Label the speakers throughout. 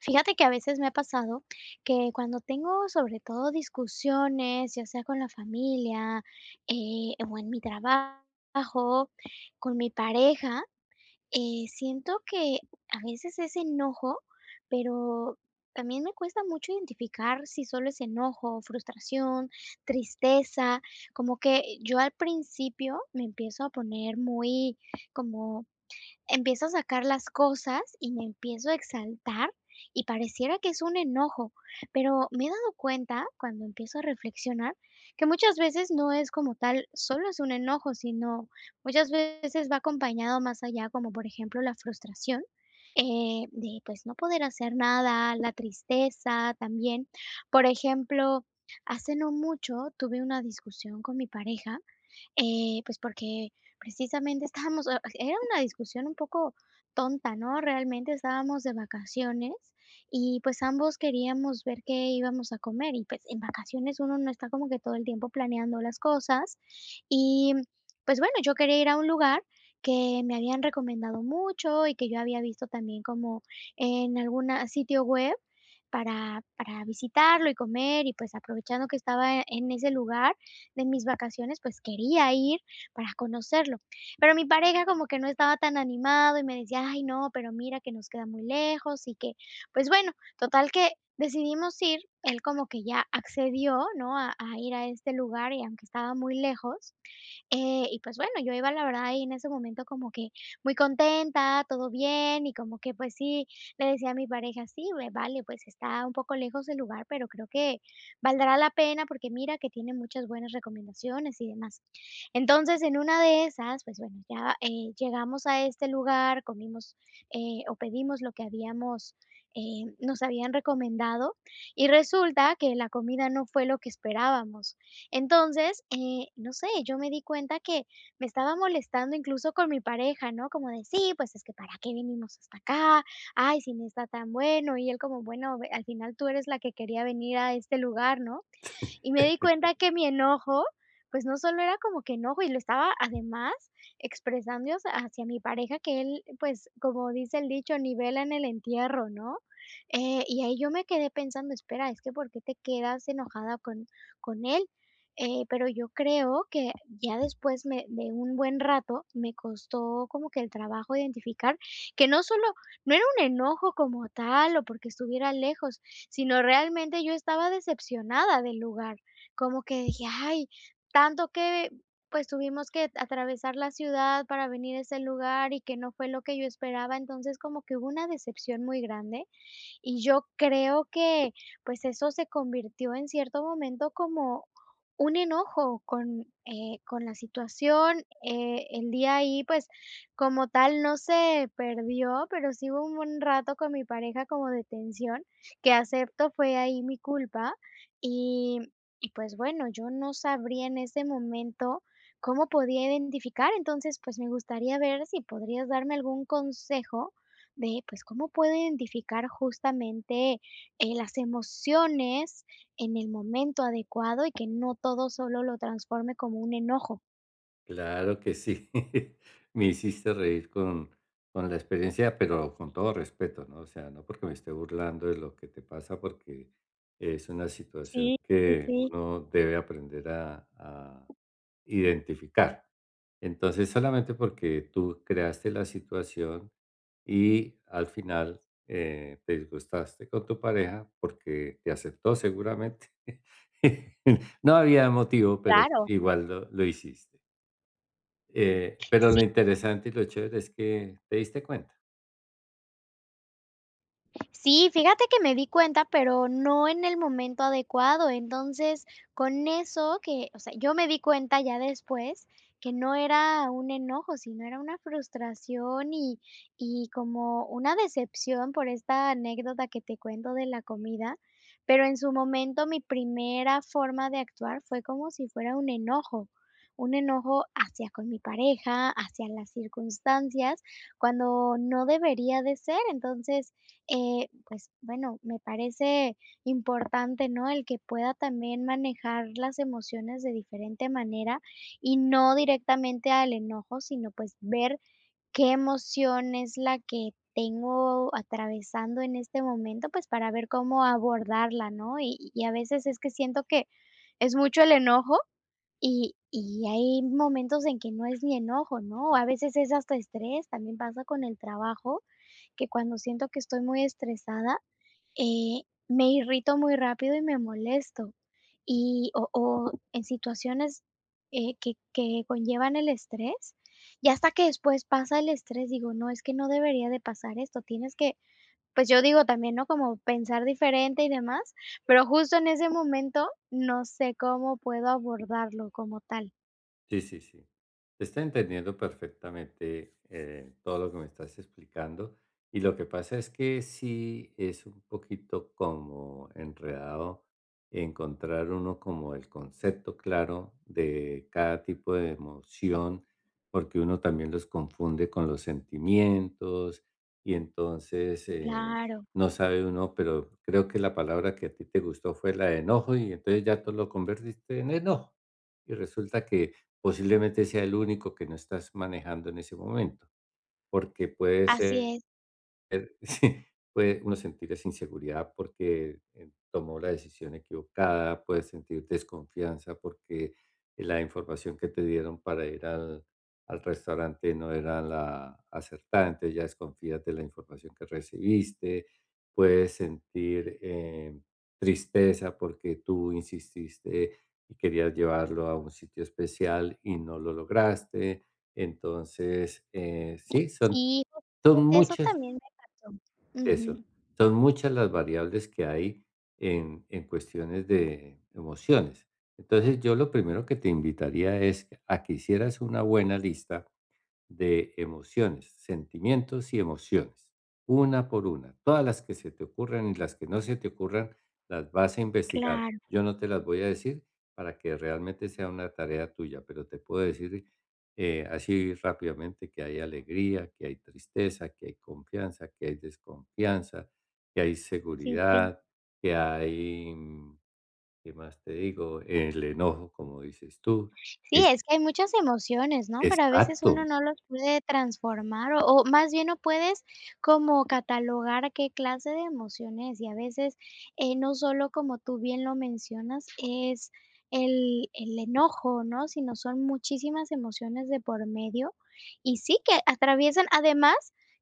Speaker 1: Fíjate que a veces me ha pasado que cuando tengo, sobre todo, discusiones, ya sea con la familia, o en mi trabajo, con mi pareja, siento que a veces es enojo, pero también me cuesta mucho identificar si solo es enojo, frustración, tristeza, como que yo al principio me empiezo a poner muy como empiezo a sacar las cosas y me empiezo a exaltar y pareciera que es un enojo, pero me he dado cuenta cuando empiezo a reflexionar que muchas veces no es como tal, solo es un enojo, sino muchas veces va acompañado más allá, como por ejemplo la frustración, de pues no poder hacer nada, la tristeza también. Por ejemplo, hace no mucho tuve una discusión con mi pareja, pues porque precisamente estábamos, era una discusión un poco tonta, ¿no? Realmente estábamos de vacaciones y pues ambos queríamos ver qué íbamos a comer y pues en vacaciones uno no está como que todo el tiempo planeando las cosas y pues bueno, yo quería ir a un lugar que me habían recomendado mucho y que yo había visto también como en algún sitio web para visitarlo y comer y pues aprovechando que estaba en ese lugar, de mis vacaciones, pues quería ir para conocerlo. Pero mi pareja como que no estaba tan animado y me decía, ay, no, pero mira que nos queda muy lejos y que, pues bueno, total que decidimos ir, él como que ya accedió, ¿no? A ir a este lugar y aunque estaba muy lejos, y pues bueno, yo iba la verdad ahí en ese momento como que muy contenta, todo bien, y como que pues sí, le decía a mi pareja, sí, vale, pues está un poco lejos el lugar, pero creo que valdrá la pena porque mira que tiene muchas buenas recomendaciones y demás. Entonces, en una de esas, pues bueno, ya llegamos a este lugar, comimos, o pedimos lo que habíamos, nos habían recomendado, y resulta que la comida no fue lo que esperábamos. Entonces, no sé, yo me di cuenta que me estaba molestando incluso con mi pareja, ¿no? Como de, sí, pues es que para qué vinimos hasta acá, ay, si no está tan bueno, y él como, bueno, ve- al final tú eres la que quería venir a este lugar, ¿no? Y me di cuenta que mi enojo, pues, no solo era como que enojo, y lo estaba además expresando hacia mi pareja, que él, pues, como dice el dicho, ni vela en el entierro, ¿no? Y ahí yo me quedé pensando, espera, es que ¿por qué te quedas enojada con él? Pero yo creo que ya después me de un buen rato, me costó como que el trabajo identificar que no solo no era un enojo como tal, o porque estuviera lejos, sino realmente yo estaba decepcionada del lugar, como que dije: "Ay, tanto que, pues, tuvimos que atravesar la ciudad para venir a ese lugar y que no fue lo que yo esperaba", entonces como que hubo una decepción muy grande y yo creo que, pues, eso se convirtió en cierto momento como un enojo con la situación. El día ahí, pues, como tal no se perdió, pero sí hubo un buen rato con mi pareja como de tensión, que acepto fue ahí mi culpa. Y y pues bueno, yo no sabría en ese momento cómo podía identificar. Entonces, pues me gustaría ver si podrías darme algún consejo de, pues, cómo puedo identificar justamente, las emociones en el momento adecuado y que no todo solo lo transforme como un enojo.
Speaker 2: Claro que sí. Me hiciste reír con la experiencia, pero con todo respeto, ¿no? O sea, no porque me esté burlando de lo que te pasa, porque es una situación
Speaker 1: Sí, sí,
Speaker 2: que
Speaker 1: sí,
Speaker 2: uno debe aprender a identificar. Entonces, solamente porque tú creaste la situación y al final te disgustaste con tu pareja porque te aceptó seguramente. No había motivo, pero
Speaker 1: claro.
Speaker 2: igual lo hiciste. Pero
Speaker 1: Sí.
Speaker 2: lo interesante y lo chévere es que te diste cuenta.
Speaker 1: Sí, fíjate que me di cuenta, pero no en el momento adecuado. Entonces, con eso que, o sea, yo me di cuenta ya después que no era un enojo, sino era una frustración y como una decepción por esta anécdota que te cuento de la comida. Pero en su momento mi primera forma de actuar fue como si fuera un enojo, un enojo hacia con mi pareja, hacia las circunstancias, cuando no debería de ser. Entonces, pues bueno, me parece importante, ¿no? El que pueda también manejar las emociones de diferente manera y no directamente al enojo, sino pues ver qué emoción es la que tengo atravesando en este momento, pues para ver cómo abordarla, ¿no? Y a veces es que siento que es mucho el enojo y hay momentos en que no es ni enojo, ¿no? A veces es hasta estrés, también pasa con el trabajo, que cuando siento que estoy muy estresada, eh, me irrito muy rápido y me molesto. Y, o en situaciones que conllevan el estrés, y hasta que después pasa el estrés, digo, no, es que no debería de pasar esto, tienes que, pues yo digo también, ¿no? Como pensar diferente y demás, pero justo en ese momento no sé cómo puedo abordarlo como tal.
Speaker 2: Sí, sí, sí. Te está entendiendo perfectamente todo lo que me estás explicando. Y lo que pasa es que sí es un poquito como enredado encontrar uno como el concepto claro de cada tipo de emoción, porque uno también los confunde con los sentimientos y entonces
Speaker 1: Claro,
Speaker 2: no sabe uno, pero creo que la palabra que a ti te gustó fue la de enojo y entonces ya tú lo convertiste en enojo. Y resulta que posiblemente sea el único que no estás manejando en ese momento, porque puede
Speaker 1: así
Speaker 2: ser.
Speaker 1: es.
Speaker 2: Sí, puede uno sentir esa inseguridad porque, tomó la decisión equivocada, puede sentir desconfianza porque la información que te dieron para ir al restaurante no era la acertada, entonces ya desconfías de la información que recibiste, puedes sentir, tristeza porque tú insististe y querías llevarlo a un sitio especial y no lo lograste. Entonces, sí, son
Speaker 1: Sí,
Speaker 2: son
Speaker 1: justamente eso
Speaker 2: muchas
Speaker 1: también me pasó.
Speaker 2: eso.
Speaker 1: Ujú,
Speaker 2: Son muchas las variables que hay en cuestiones de emociones. Entonces, yo lo primero que te invitaría es a que hicieras una buena lista de emociones, sentimientos y emociones, una por una. Todas las que se te ocurran y las que no se te ocurran, las vas a investigar.
Speaker 1: claro,
Speaker 2: Yo no te las voy a decir para que realmente sea una tarea tuya, pero te puedo decir así rápidamente que hay alegría, que hay tristeza, que hay confianza, que hay desconfianza, que hay
Speaker 1: sí, sí.
Speaker 2: seguridad, que hay, mm, ¿qué más te digo? El enojo, como dices tú.
Speaker 1: Sí,
Speaker 2: Es-
Speaker 1: es que hay muchas emociones, ¿no? Pero a veces
Speaker 2: exacto,
Speaker 1: uno no los puede transformar o más bien no puedes como catalogar qué clase de emociones y a veces, no solo como tú bien lo mencionas, es el enojo, ¿no? Sino son muchísimas emociones de por medio y sí que atraviesan además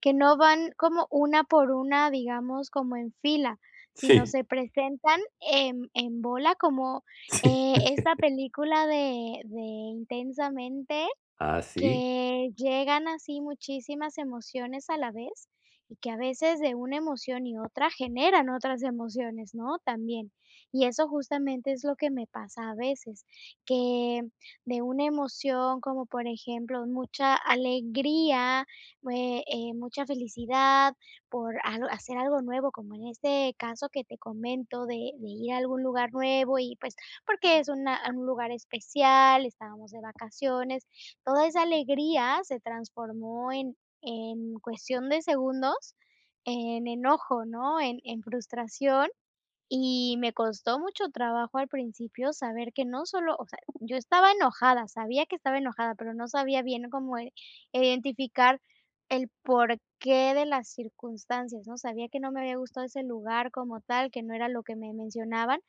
Speaker 1: que no van como una por una, digamos, como en fila, sino
Speaker 2: sí.
Speaker 1: se presentan en bola como
Speaker 2: Sí.
Speaker 1: esta película de Intensamente,
Speaker 2: Así,
Speaker 1: que llegan así muchísimas emociones a la vez y que a veces de una emoción y otra generan otras emociones, ¿no? También. Y eso justamente es lo que me pasa a veces, que de una emoción como por ejemplo mucha alegría, mucha felicidad por hacer algo nuevo, como en este caso que te comento de ir a algún lugar nuevo y pues porque es un lugar especial, estábamos de vacaciones. Toda esa alegría se transformó en cuestión de segundos, en enojo, ¿no? En frustración, y me costó mucho trabajo al principio saber que no solo o sea, yo estaba enojada, sabía que estaba enojada, pero no sabía bien cómo i identificar el porqué de las circunstancias, ¿no? Sabía que no me había gustado ese lugar como tal, que no era lo que me mencionaban,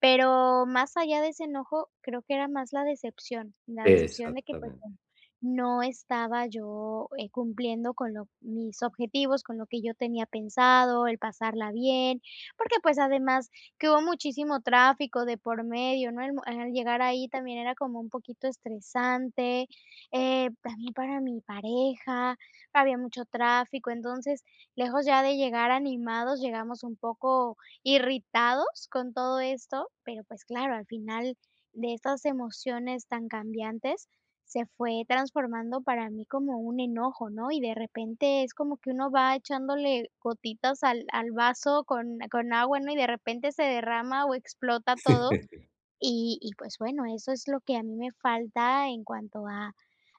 Speaker 1: pero más allá de ese enojo, creo que era más la decepción de que, pues,
Speaker 2: exactamente.
Speaker 1: bueno, no estaba yo, cumpliendo con lo mis objetivos, con lo que yo tenía pensado, el pasarla bien, porque, pues, además que hubo muchísimo tráfico de por medio, ¿no? El mo al llegar ahí también era como un poquito estresante, también para mi pareja, había mucho tráfico, entonces, lejos ya de llegar animados, llegamos un poco irritados con todo esto, pero pues claro, al final de estas emociones tan cambiantes se fue transformando para mí como un enojo, ¿no? Y de repente es como que uno va echándole gotitas al, al vaso con agua, ¿no? Y de repente se derrama o explota todo. Y pues bueno, eso es lo que a mí me falta en cuanto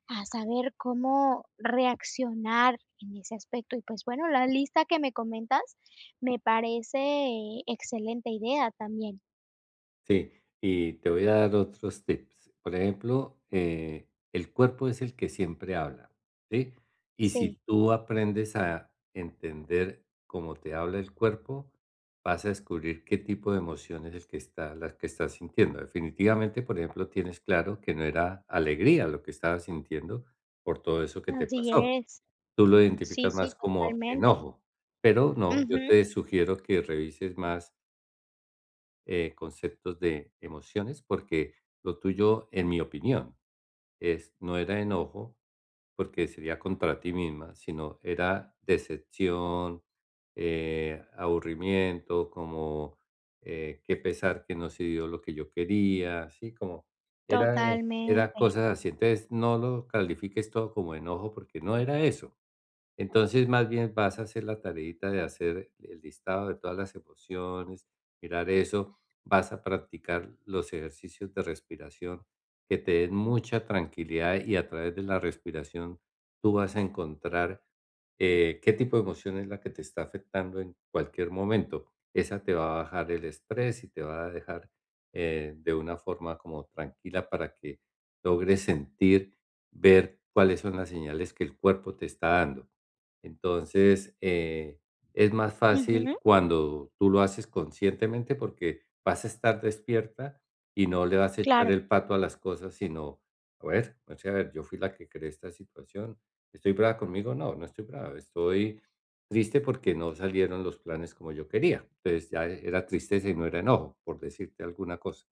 Speaker 1: a saber cómo reaccionar en ese aspecto. Y pues bueno, la lista que me comentas me parece excelente idea también.
Speaker 2: Sí, y te voy a dar otros tips. Por ejemplo, el cuerpo es el que siempre habla, ¿sí? Y si
Speaker 1: Sí,
Speaker 2: tú aprendes a entender cómo te habla el cuerpo, vas a descubrir qué tipo de emoción es el que está, la que estás sintiendo. Definitivamente, por ejemplo, tienes claro que no era alegría lo que estabas sintiendo por todo eso que te
Speaker 1: así
Speaker 2: pasó.
Speaker 1: es.
Speaker 2: Tú lo
Speaker 1: Sí,
Speaker 2: identificas
Speaker 1: sí,
Speaker 2: más como
Speaker 1: totalmente.
Speaker 2: enojo, pero no, yo
Speaker 1: Ujú,
Speaker 2: te sugiero que revises más, conceptos de emociones, porque lo tuyo, en mi opinión, es no era enojo, porque sería contra ti misma, sino era decepción, aburrimiento, como, qué pesar que no se dio lo que yo quería, así como era eh, era
Speaker 1: totalmente.
Speaker 2: cosas así. Entonces, no lo califiques todo como enojo, porque no era eso. Entonces, más bien vas a hacer la tareita de hacer el listado de todas las emociones, mirar eso, vas a practicar los ejercicios de respiración que te den mucha tranquilidad y a través de la respiración tú vas a encontrar qué tipo de emoción es la que te está afectando en cualquier momento. Esa te va a bajar el estrés y te va a dejar de una forma como tranquila para que logres sentir, ver cuáles son las señales que el cuerpo te está dando. Entonces, es más fácil
Speaker 1: Ujú,
Speaker 2: cuando tú lo haces conscientemente porque vas a estar despierta y no le vas a echar
Speaker 1: claro,
Speaker 2: el pato a las cosas, sino, a ver, o sea, a ver, yo fui la que creé esta situación. ¿Estoy brava conmigo? No, no estoy brava. Estoy triste porque no salieron los planes como yo quería. Entonces ya era tristeza y no era enojo, por decirte alguna cosa.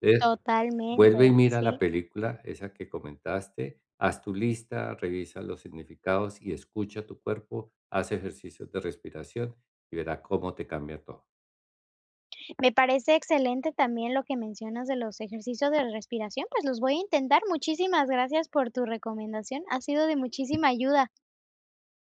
Speaker 2: Entonces,
Speaker 1: totalmente.
Speaker 2: vuelve y mira la
Speaker 1: Sí.
Speaker 2: película, esa que comentaste, haz tu lista, revisa los significados y escucha tu cuerpo, haz ejercicios de respiración y verá cómo te cambia todo.
Speaker 1: Me parece excelente también lo que mencionas de los ejercicios de respiración, pues los voy a intentar. Muchísimas gracias por tu recomendación. Ha sido de muchísima ayuda.